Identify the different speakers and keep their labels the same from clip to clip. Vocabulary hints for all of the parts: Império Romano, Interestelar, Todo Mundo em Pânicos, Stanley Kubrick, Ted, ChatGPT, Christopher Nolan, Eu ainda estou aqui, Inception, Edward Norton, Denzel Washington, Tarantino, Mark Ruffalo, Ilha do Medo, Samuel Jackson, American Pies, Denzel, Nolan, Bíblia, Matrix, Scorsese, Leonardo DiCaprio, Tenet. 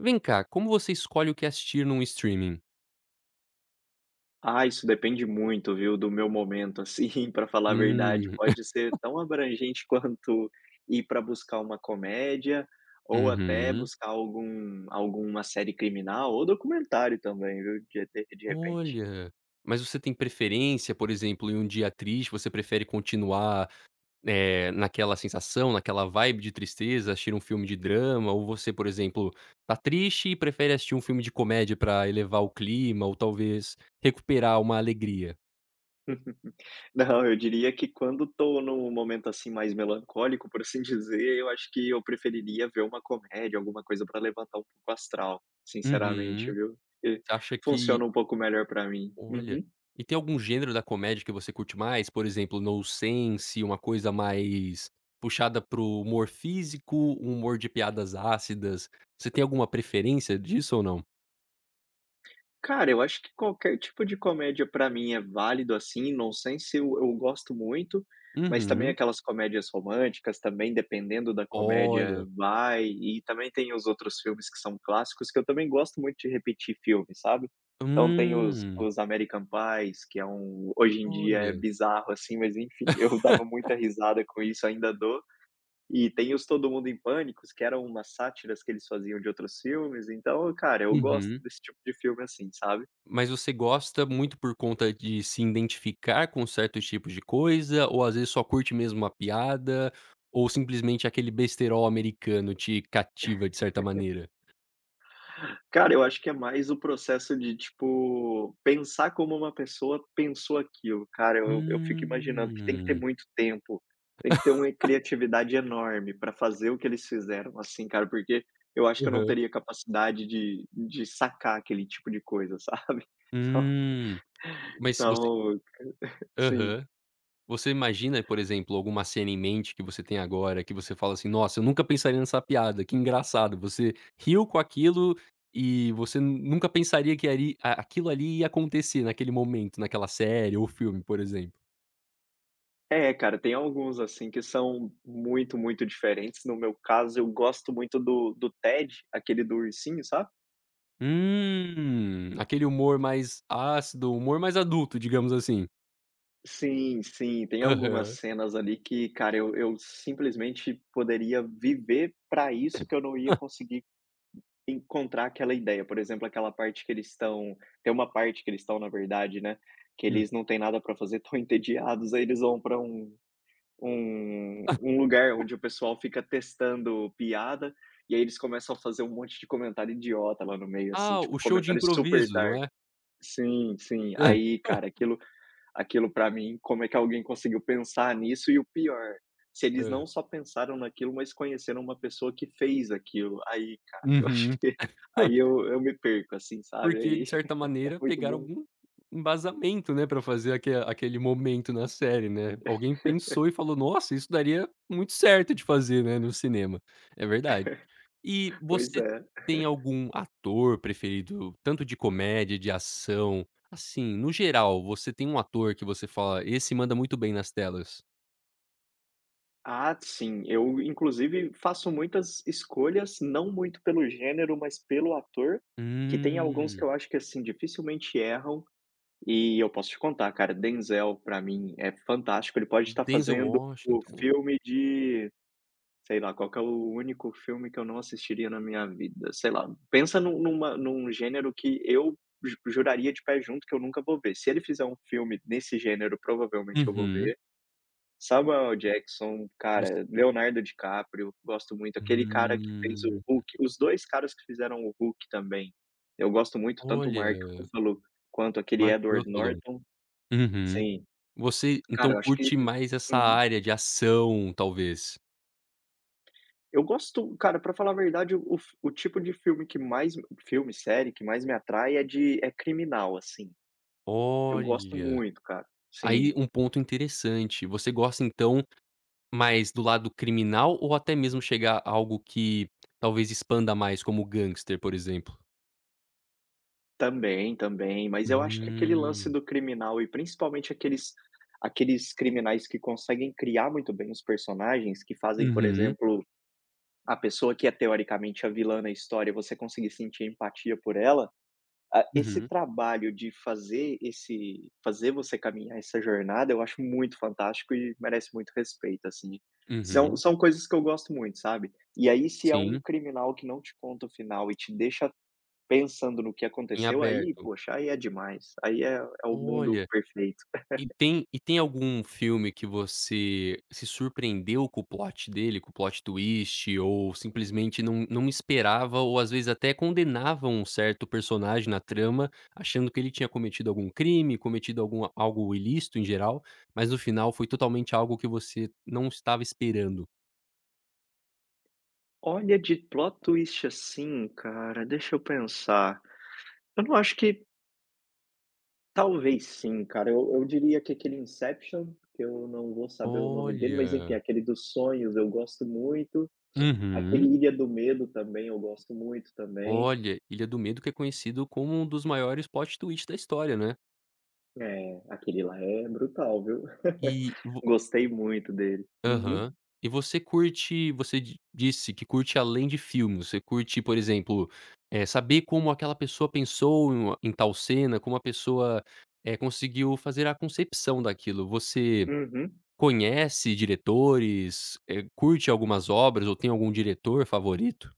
Speaker 1: Vem cá, como você escolhe o que assistir num streaming?
Speaker 2: Ah, isso depende muito, viu, do meu momento, assim, para falar a verdade.
Speaker 1: Hum.
Speaker 2: Pode ser tão abrangente quanto ir para buscar uma comédia, ou até
Speaker 1: Uhum.
Speaker 2: buscar alguma série criminal ou documentário também, viu, de repente.
Speaker 1: Olha, mas você tem preferência, por exemplo, em um dia triste, você prefere continuar, naquela sensação, naquela vibe de tristeza, assistir um filme de drama, ou você, por exemplo, tá triste e prefere assistir um filme de comédia pra elevar o clima ou talvez recuperar uma alegria?
Speaker 2: Não, eu diria que quando tô num momento, assim, mais melancólico, por assim dizer, eu acho que eu preferiria ver uma comédia, alguma coisa para levantar um pouco o astral, sinceramente,
Speaker 1: Uhum.
Speaker 2: viu. Porque
Speaker 1: Você acha que
Speaker 2: funciona um pouco melhor para mim.
Speaker 1: olha.
Speaker 2: Uhum.
Speaker 1: E tem algum gênero da comédia que você curte mais? Por exemplo, nonsense, uma coisa mais puxada para o humor físico, um humor de piadas ácidas. Você tem alguma preferência disso ou não?
Speaker 2: Cara, eu acho que qualquer tipo de comédia pra mim é válido, assim, nonsense eu gosto muito, mas também
Speaker 1: Uhum.
Speaker 2: aquelas comédias românticas, também dependendo da comédia
Speaker 1: Olha.
Speaker 2: vai, e também tem os outros filmes que são clássicos, que eu também gosto muito de repetir filme, sabe. Então tem os
Speaker 1: Hum.
Speaker 2: os American Pies, que hoje em dia é
Speaker 1: Olha.
Speaker 2: bizarro, assim, mas enfim, eu dava muita risada com isso, ainda dou. E tem os Todo Mundo em Pânicos, que eram umas sátiras que eles faziam de outros filmes, então, cara, eu gosto
Speaker 1: Uhum.
Speaker 2: desse tipo de filme assim, sabe.
Speaker 1: Mas você gosta muito por conta de se identificar com certos tipos de coisa, ou às vezes só curte mesmo uma piada, ou simplesmente aquele besterol americano te cativa de certa maneira?
Speaker 2: Cara, eu acho que é mais o processo de, tipo, pensar como uma pessoa pensou aquilo. Cara, eu fico imaginando que tem que ter
Speaker 1: Hum.
Speaker 2: muito tempo, tem que ter uma criatividade enorme para fazer o que eles fizeram, assim, cara, porque eu acho que eu não
Speaker 1: Aham.
Speaker 2: teria capacidade de sacar aquele tipo de coisa, sabe. Então
Speaker 1: Hum. Mas você
Speaker 2: então, sim.
Speaker 1: aham. Você imagina, por exemplo, alguma cena em mente que você tem agora, que você fala assim: "Nossa, eu nunca pensaria nessa piada, que engraçado". Você riu com aquilo e você nunca pensaria que ali a aquilo ali ia acontecer naquele momento, naquela série ou filme, por exemplo.
Speaker 2: É, cara, tem alguns, assim, que são muito, muito diferentes. No meu caso, eu gosto muito do Ted, aquele do ursinho, sabe.
Speaker 1: Hum. Aquele humor mais ácido, humor mais adulto, digamos assim.
Speaker 2: Sim, sim, tem algumas
Speaker 1: Aham.
Speaker 2: cenas ali que, cara, eu simplesmente poderia viver pra isso que eu não ia
Speaker 1: Hã.
Speaker 2: conseguir encontrar aquela ideia. Por exemplo, aquela parte que eles estão tem uma parte que eles estão, na verdade, né, que
Speaker 1: Hum.
Speaker 2: eles não têm nada pra fazer, estão entediados, aí eles vão pra um lugar onde o pessoal fica testando piada, e aí eles começam a fazer um monte de comentário idiota lá no meio, assim,
Speaker 1: Ah, o
Speaker 2: tipo,
Speaker 1: show de
Speaker 2: comentário super
Speaker 1: improviso, não
Speaker 2: dark.
Speaker 1: é?
Speaker 2: Sim, sim. Aí,
Speaker 1: Hã.
Speaker 2: cara, aquilo pra mim, como é que alguém conseguiu pensar nisso? E o pior, se eles
Speaker 1: Hã.
Speaker 2: não só pensaram naquilo, mas conheceram uma pessoa que fez aquilo. Aí, cara, eu acho
Speaker 1: Uhum.
Speaker 2: que aí eu me perco, assim, sabe,
Speaker 1: Porque,
Speaker 2: aí
Speaker 1: de certa
Speaker 2: é
Speaker 1: maneira,
Speaker 2: muito
Speaker 1: pegaram
Speaker 2: bom.
Speaker 1: algum embasamento, né, pra fazer aquele momento na série, né. Alguém pensou e falou: "Nossa, isso daria muito certo de fazer, né, no cinema". É verdade. E
Speaker 2: Pois
Speaker 1: você
Speaker 2: é.
Speaker 1: tem algum ator preferido, tanto de comédia, de ação? Assim, no geral, você tem um ator que você fala: "Esse manda muito bem nas telas"?
Speaker 2: Ah, sim, eu inclusive faço muitas escolhas, não muito pelo gênero, mas pelo ator, que tem alguns que
Speaker 1: Hum,
Speaker 2: eu acho que, assim, dificilmente erram. E eu posso te contar, cara, Denzel pra mim é fantástico, ele pode estar
Speaker 1: Denzel
Speaker 2: fazendo o
Speaker 1: Washington.
Speaker 2: filme de. Sei lá, qual que é o único filme que eu não assistiria na minha vida? Sei lá, pensa num gênero que eu ju juraria de pé junto que eu nunca vou ver. Se ele fizer um filme nesse gênero, provavelmente eu vou
Speaker 1: Uhum.
Speaker 2: ver. Samuel Jackson,
Speaker 1: Você
Speaker 2: cara, Leonardo DiCaprio, gosto muito. Aquele cara que fez
Speaker 1: hum,
Speaker 2: o Hulk, os 2 caras que fizeram o Hulk também, eu gosto muito, tanto o
Speaker 1: olha,
Speaker 2: Mark Ruffalo quanto aquele
Speaker 1: Mark
Speaker 2: Edward
Speaker 1: Ruffalo.
Speaker 2: Norton.
Speaker 1: Uhum.
Speaker 2: Sim,
Speaker 1: Você então
Speaker 2: cara, eu acho que.
Speaker 1: curte mais essa
Speaker 2: Uhum.
Speaker 1: área de ação, talvez?
Speaker 2: Eu gosto cara, pra falar a verdade, o tipo de filme que mais série que mais me atrai é de é criminal, assim. Eu gosto
Speaker 1: Olha,
Speaker 2: muito, cara.
Speaker 1: aí
Speaker 2: Sim,
Speaker 1: um ponto interessante. Você gosta então mais do lado criminal ou até mesmo chegar a algo que talvez expanda mais, como gangster, por exemplo?
Speaker 2: também, também, mas eu acho que aquele lance
Speaker 1: Hum.
Speaker 2: do criminal e principalmente aqueles criminais que conseguem criar muito bem os personagens, que fazem, por
Speaker 1: Uhum,
Speaker 2: exemplo, a pessoa que é teoricamente a vilã na história, você conseguir sentir empatia por ela. Ah, esse
Speaker 1: uhum,
Speaker 2: trabalho de fazer você caminhar essa jornada, eu acho muito fantástico e merece muito respeito, assim. São
Speaker 1: uhum.
Speaker 2: são coisas que eu gosto muito, sabe. E aí, se é um
Speaker 1: Sim,
Speaker 2: criminal que não te conta o final e te deixa pensando no que
Speaker 1: em
Speaker 2: aconteceu, aí,
Speaker 1: aberto.
Speaker 2: poxa, aí é demais. Aí é o mundo
Speaker 1: Olha.
Speaker 2: perfeito.
Speaker 1: E tem algum filme que você se surpreendeu com o plot dele, com o plot twist, ou simplesmente não esperava, ou às vezes até condenava um certo personagem na trama, achando que ele tinha cometido algum crime, cometido algum algo ilícito em geral, mas no final foi totalmente algo que você não estava esperando?
Speaker 2: Olha, de plot twist assim, cara, deixa eu pensar. Eu não acho que. Talvez sim, cara. Eu diria que aquele Inception, que eu não vou saber o nome dele, mas enfim,
Speaker 1: Olha.
Speaker 2: aquele dos sonhos eu gosto muito. Aquele
Speaker 1: Uhum.
Speaker 2: Ilha do Medo também eu gosto muito também.
Speaker 1: Olha, Ilha do Medo, que é conhecido como um dos maiores plot twists da história, né.
Speaker 2: É, aquele lá é brutal, viu.
Speaker 1: E
Speaker 2: Gostei muito dele. Uhum.
Speaker 1: aham. E você curte, você di disse que curte além de filmes, você curte, por exemplo, saber como aquela pessoa pensou em uma em tal cena, como a pessoa, conseguiu fazer a concepção daquilo. Você
Speaker 2: Uhum.
Speaker 1: conhece diretores, curte algumas obras ou tem algum diretor favorito?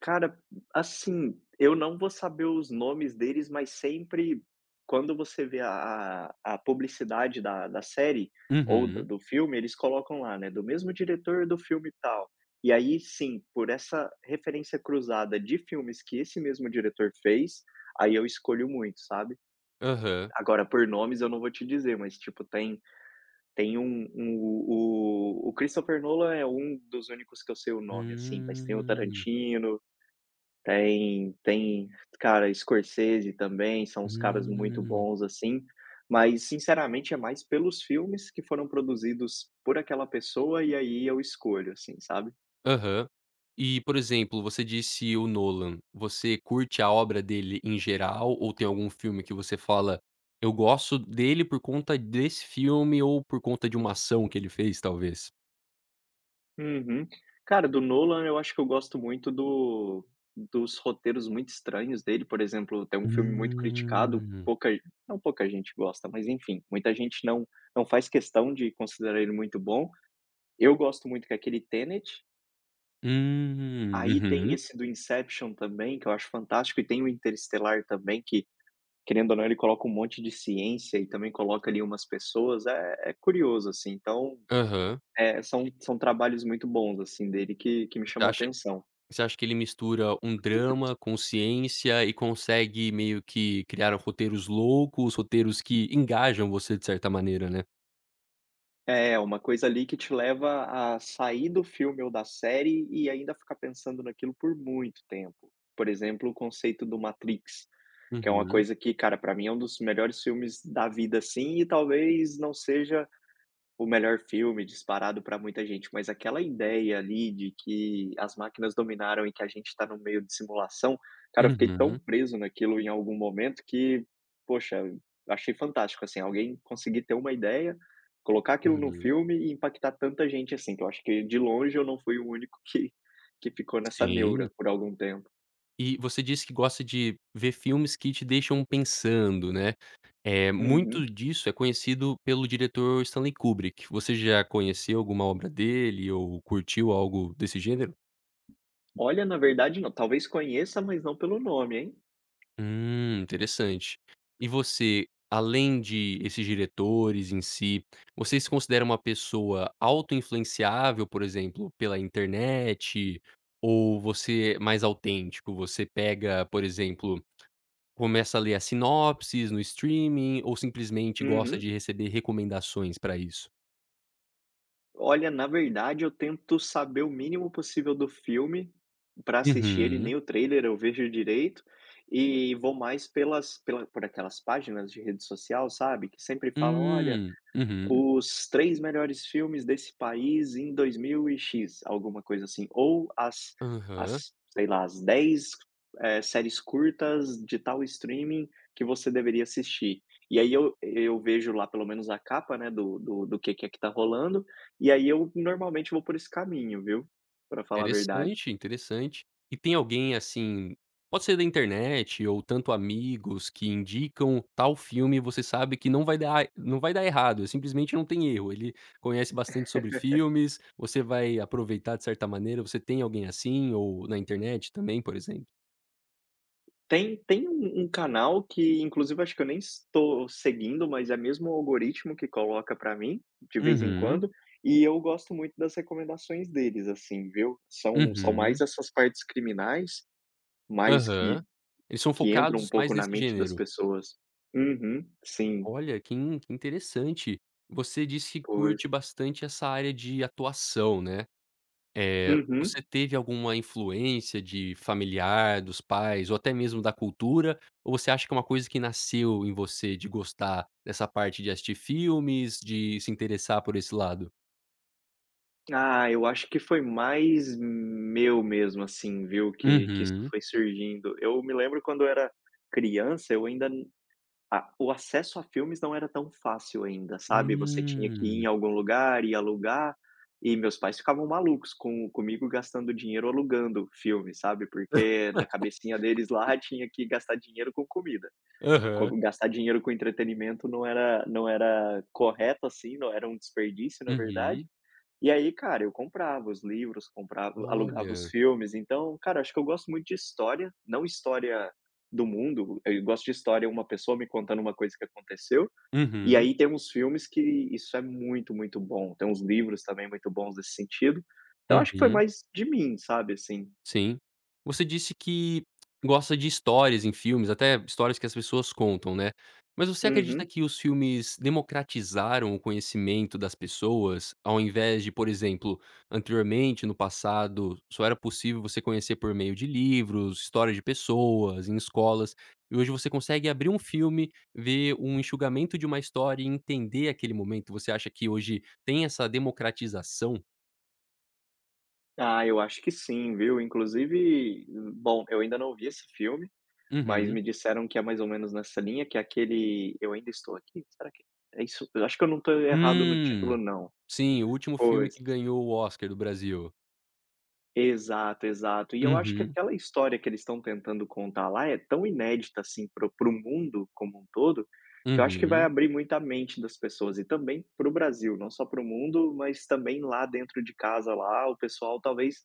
Speaker 2: Cara, assim, eu não vou saber os nomes deles, mas sempre quando você vê a publicidade da série ou do
Speaker 1: Uhum.
Speaker 2: do filme, eles colocam lá, né, do mesmo diretor do filme tal. E aí sim, por essa referência cruzada de filmes que esse mesmo diretor fez, aí eu escolho muito, sabe.
Speaker 1: Aham.
Speaker 2: Agora por nomes eu não vou te dizer, mas tipo tem um o Christopher Nolan é um dos únicos que eu sei o nome, assim, mas tem o
Speaker 1: Hum.
Speaker 2: Tarantino, tem, cara, Scorsese também, são uns caras muito
Speaker 1: Hum.
Speaker 2: bons, assim, mas sinceramente é mais pelos filmes que foram produzidos por aquela pessoa, e aí eu escolho, assim, sabe.
Speaker 1: Aham. E, por exemplo, você disse o Nolan. Você curte a obra dele em geral ou tem algum filme que você fala: "Eu gosto dele por conta desse filme" ou por conta de uma ação que ele fez, talvez?
Speaker 2: Uhum. Cara, do Nolan eu acho que eu gosto muito do dos roteiros muito estranhos dele, por exemplo, tem um filme muito criticado,
Speaker 1: Hum.
Speaker 2: pouca não pouca gente gosta, mas enfim, muita gente não faz questão de considerar ele muito bom. Eu gosto muito que é aquele Tenet.
Speaker 1: Hum.
Speaker 2: Aí tem
Speaker 1: Uhum.
Speaker 2: esse do Inception também, que eu acho fantástico, e tem o Interestelar também, que querendo ou não, ele coloca um monte de ciência e também coloca ali umas pessoas, é curioso, assim. Então,
Speaker 1: Aham.
Speaker 2: são trabalhos muito bons, assim, dele que me
Speaker 1: Você
Speaker 2: chamam a
Speaker 1: acha,
Speaker 2: atenção.
Speaker 1: você acha que ele mistura um drama com ciência e consegue meio que criar roteiros loucos, roteiros que engajam você de certa maneira, né?
Speaker 2: É, uma coisa ali que te leva a sair do filme ou da série e ainda ficar pensando naquilo por muito tempo. Por exemplo, o conceito do Matrix, que é uma
Speaker 1: Uhum.
Speaker 2: coisa que, cara, pra mim é um dos melhores filmes da vida, assim, e talvez não seja o melhor filme disparado para muita gente, mas aquela ideia ali de que as máquinas dominaram e que a gente está no meio de simulação, cara, eu fiquei tão
Speaker 1: Uhum.
Speaker 2: preso naquilo em algum momento que, poxa, achei fantástico, assim, alguém conseguir ter uma ideia, colocar aquilo num
Speaker 1: Uhum.
Speaker 2: filme e impactar tanta gente assim, que eu acho que de longe eu não fui o único que ficou nessa
Speaker 1: Sim.
Speaker 2: neura por algum tempo.
Speaker 1: E você disse que gosta de ver filmes que te deixam pensando, né. É muito
Speaker 2: Uhum.
Speaker 1: disso, é conhecido pelo diretor Stanley Kubrick. Você já conheceu alguma obra dele ou curtiu algo desse gênero?
Speaker 2: Olha, na verdade não, talvez conheça, mas não pelo nome, hein.
Speaker 1: Interessante. E você, além de esses diretores em si, você se considera uma pessoa autoinfluenciável, por exemplo, pela internet? Ou você é mais autêntico? Você pega, por exemplo, começa a ler as sinopses no streaming ou simplesmente gosta
Speaker 2: Uhum.
Speaker 1: de receber recomendações pra isso?
Speaker 2: Olha, na verdade, eu tento saber o mínimo possível do filme para assistir ele,
Speaker 1: Uhum.
Speaker 2: nem o trailer eu vejo direito, e vou mais pelas pela por aquelas páginas de rede social, sabe, que sempre falam: "Olha,
Speaker 1: Hum. Uhum.
Speaker 2: os 3 melhores filmes desse país em 2000 e X, alguma coisa assim, ou as
Speaker 1: Aham.
Speaker 2: as, sei lá, as 10 séries curtas de tal streaming que você deveria assistir". E aí eu vejo lá pelo menos a capa, né, do que é que tá rolando, e aí eu normalmente vou por esse caminho, viu, pra falar a verdade.
Speaker 1: Interessante, interessante. E tem alguém, assim, pode ser da internet ou tanto amigos que indicam tal filme, você sabe que não vai dar errado, é simplesmente não tem erro, ele conhece bastante sobre filmes, você vai aproveitar de certa maneira, você tem alguém assim ou na internet também, por exemplo?
Speaker 2: Tem um canal que inclusive acho que eu nem estou seguindo, mas é mesmo o algoritmo que coloca pra mim, de vez em
Speaker 1: Uhum.
Speaker 2: quando, e eu gosto muito das recomendações deles, assim, viu. São
Speaker 1: Uhum.
Speaker 2: mais essas partes criminais, mais
Speaker 1: Aham.
Speaker 2: que
Speaker 1: Eles são
Speaker 2: que entram
Speaker 1: focados
Speaker 2: um
Speaker 1: mais
Speaker 2: pouco na
Speaker 1: nesse
Speaker 2: mente das
Speaker 1: gênero.
Speaker 2: pessoas. Uhum, sim,
Speaker 1: Olha, que interessante. Você disse que
Speaker 2: pois.
Speaker 1: curte bastante essa área de atuação, né. Você
Speaker 2: Uhum.
Speaker 1: teve alguma influência de familiar, dos pais ou até mesmo da cultura, ou você acha que é uma coisa que nasceu em você de gostar dessa parte de assistir filmes, de se interessar por esse lado?
Speaker 2: Ah, eu acho que foi mais meu mesmo, assim, viu, que isso
Speaker 1: Uhum.
Speaker 2: foi surgindo. Eu me lembro quando eu era criança, eu ainda A o acesso a filmes não era tão fácil ainda, sabe, você tinha que ir
Speaker 1: Hum.
Speaker 2: em algum lugar e alugar, e meus pais ficavam malucos comigo gastando dinheiro alugando filme, sabe, porque na cabecinha deles lá tinha que gastar dinheiro com comida.
Speaker 1: Aham.
Speaker 2: Como gastar dinheiro com entretenimento não era correto, assim, não era um desperdício, na verdade,
Speaker 1: Uhum.
Speaker 2: e aí, cara, eu comprava os livros, comprava alugava os
Speaker 1: Olha.
Speaker 2: filmes, então, cara, acho que eu gosto muito de história, não história do mundo, eu gosto de história, uma pessoa me contando uma coisa que aconteceu, e
Speaker 1: Uhum.
Speaker 2: aí tem uns filmes que isso é muito, muito bom, tem uns livros também muito bons nesse sentido, então acho que foi
Speaker 1: Uhum.
Speaker 2: mais de mim, sabe, assim.
Speaker 1: Sim. Você disse que gosta de histórias em filmes, até histórias que as pessoas contam, né. Mas você acredita
Speaker 2: Uhum.
Speaker 1: que os filmes democratizaram o conhecimento das pessoas, ao invés de, por exemplo, anteriormente, no passado, só era possível você conhecer por meio de livros, histórias de pessoas, em escolas, e hoje você consegue abrir um filme, ver um enxugamento de uma história e entender aquele momento? Você acha que hoje tem essa democratização?
Speaker 2: Ah, eu acho que sim, viu, inclusive, bom, eu ainda não vi esse filme. Mas
Speaker 1: Uhum.
Speaker 2: me disseram que é mais ou menos nessa linha, que é aquele "Eu ainda estou aqui", será que é isso? Eu acho que eu não estou errado no
Speaker 1: Hum.
Speaker 2: título não.
Speaker 1: Sim, o último filme
Speaker 2: Pois,
Speaker 1: que ganhou o Oscar do Brasil.
Speaker 2: exato, exato. E eu acho que
Speaker 1: Uhum,
Speaker 2: aquela história que eles estão tentando contar lá é tão inédita, assim, pro mundo como um todo, que eu acho que vai
Speaker 1: uhum,
Speaker 2: abrir muita mente das pessoas e também pro Brasil, não só pro mundo, mas também lá dentro de casa, lá o pessoal talvez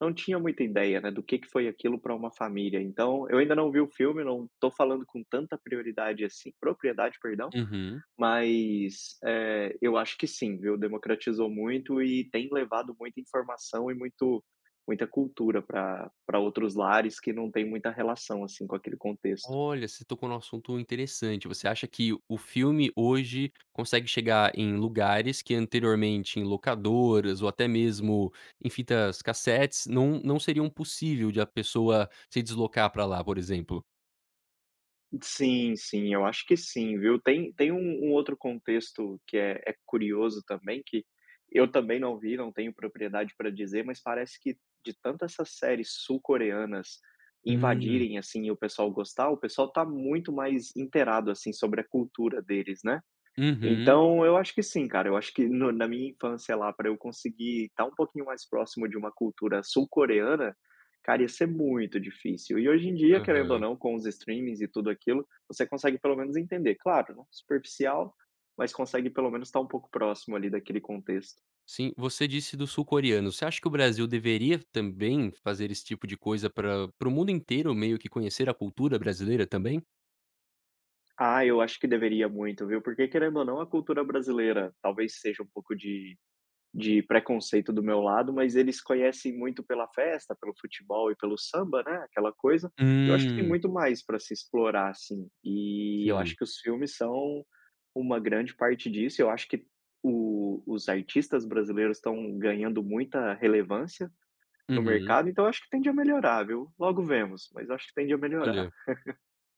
Speaker 2: não tinha muita ideia, né, do que foi aquilo para uma família. Então, eu ainda não vi o filme, não estou falando com tanta prioridade assim propriedade, perdão,
Speaker 1: uhum.
Speaker 2: mas, eu acho que sim, viu, democratizou muito e tem levado muita informação e muito muita cultura para outros lares que não tem muita relação, assim, com aquele contexto.
Speaker 1: Olha, você tocou num assunto interessante. Você acha que o filme hoje consegue chegar em lugares que anteriormente em locadoras ou até mesmo em fitas cassetes não seriam possível de a pessoa se deslocar para lá, por exemplo?
Speaker 2: Sim, sim, eu acho que sim, viu. Tem um outro contexto que é curioso também, que eu também não vi, não tenho propriedade para dizer, mas parece que de tanto essas séries sul-coreanas
Speaker 1: Hum,
Speaker 2: invadirem, assim, e o pessoal gostar, o pessoal tá muito mais inteirado, assim, sobre a cultura deles, né.
Speaker 1: uhum,
Speaker 2: Então, eu acho que sim, cara. Eu acho que no na minha infância lá, para eu conseguir estar um pouquinho mais próximo de uma cultura sul-coreana, cara, ia ser muito difícil. E hoje em dia, querendo ou
Speaker 1: aham.
Speaker 2: não, com os streamings e tudo aquilo, você consegue pelo menos entender. Claro, né, superficial, mas consegue pelo menos estar um pouco próximo ali daquele contexto.
Speaker 1: Sim, você disse do sul-coreano. Você acha que o Brasil deveria também fazer esse tipo de coisa pra para o mundo inteiro meio que conhecer a cultura brasileira também?
Speaker 2: Ah, eu acho que deveria muito, viu, porque querendo ou não, a cultura brasileira talvez seja um pouco de preconceito do meu lado, mas eles conhecem muito pela festa, pelo futebol e pelo samba, né, aquela coisa. Eu acho que tem
Speaker 1: Hum,
Speaker 2: muito mais para se explorar, assim, e eu
Speaker 1: sim.
Speaker 2: acho que os filmes são uma grande parte disso. Eu acho que o os artistas brasileiros estão ganhando muita relevância no
Speaker 1: Uhum.
Speaker 2: mercado, então eu acho que tende a melhorar, viu. Logo vemos, mas eu acho que tende a melhorar.
Speaker 1: Olha,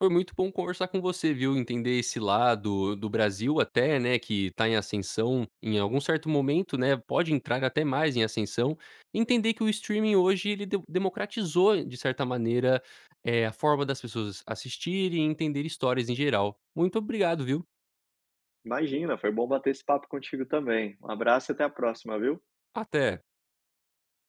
Speaker 1: foi muito bom conversar com você, viu, entender esse lado do Brasil até, né, que tá em ascensão em algum certo momento, né, pode entrar até mais em ascensão, entender que o streaming hoje ele de democratizou de certa maneira, a forma das pessoas assistirem e entender histórias em geral. Muito obrigado, viu.
Speaker 2: Imagina, foi bom bater esse papo contigo também. Um abraço e até a próxima, viu.
Speaker 1: Até.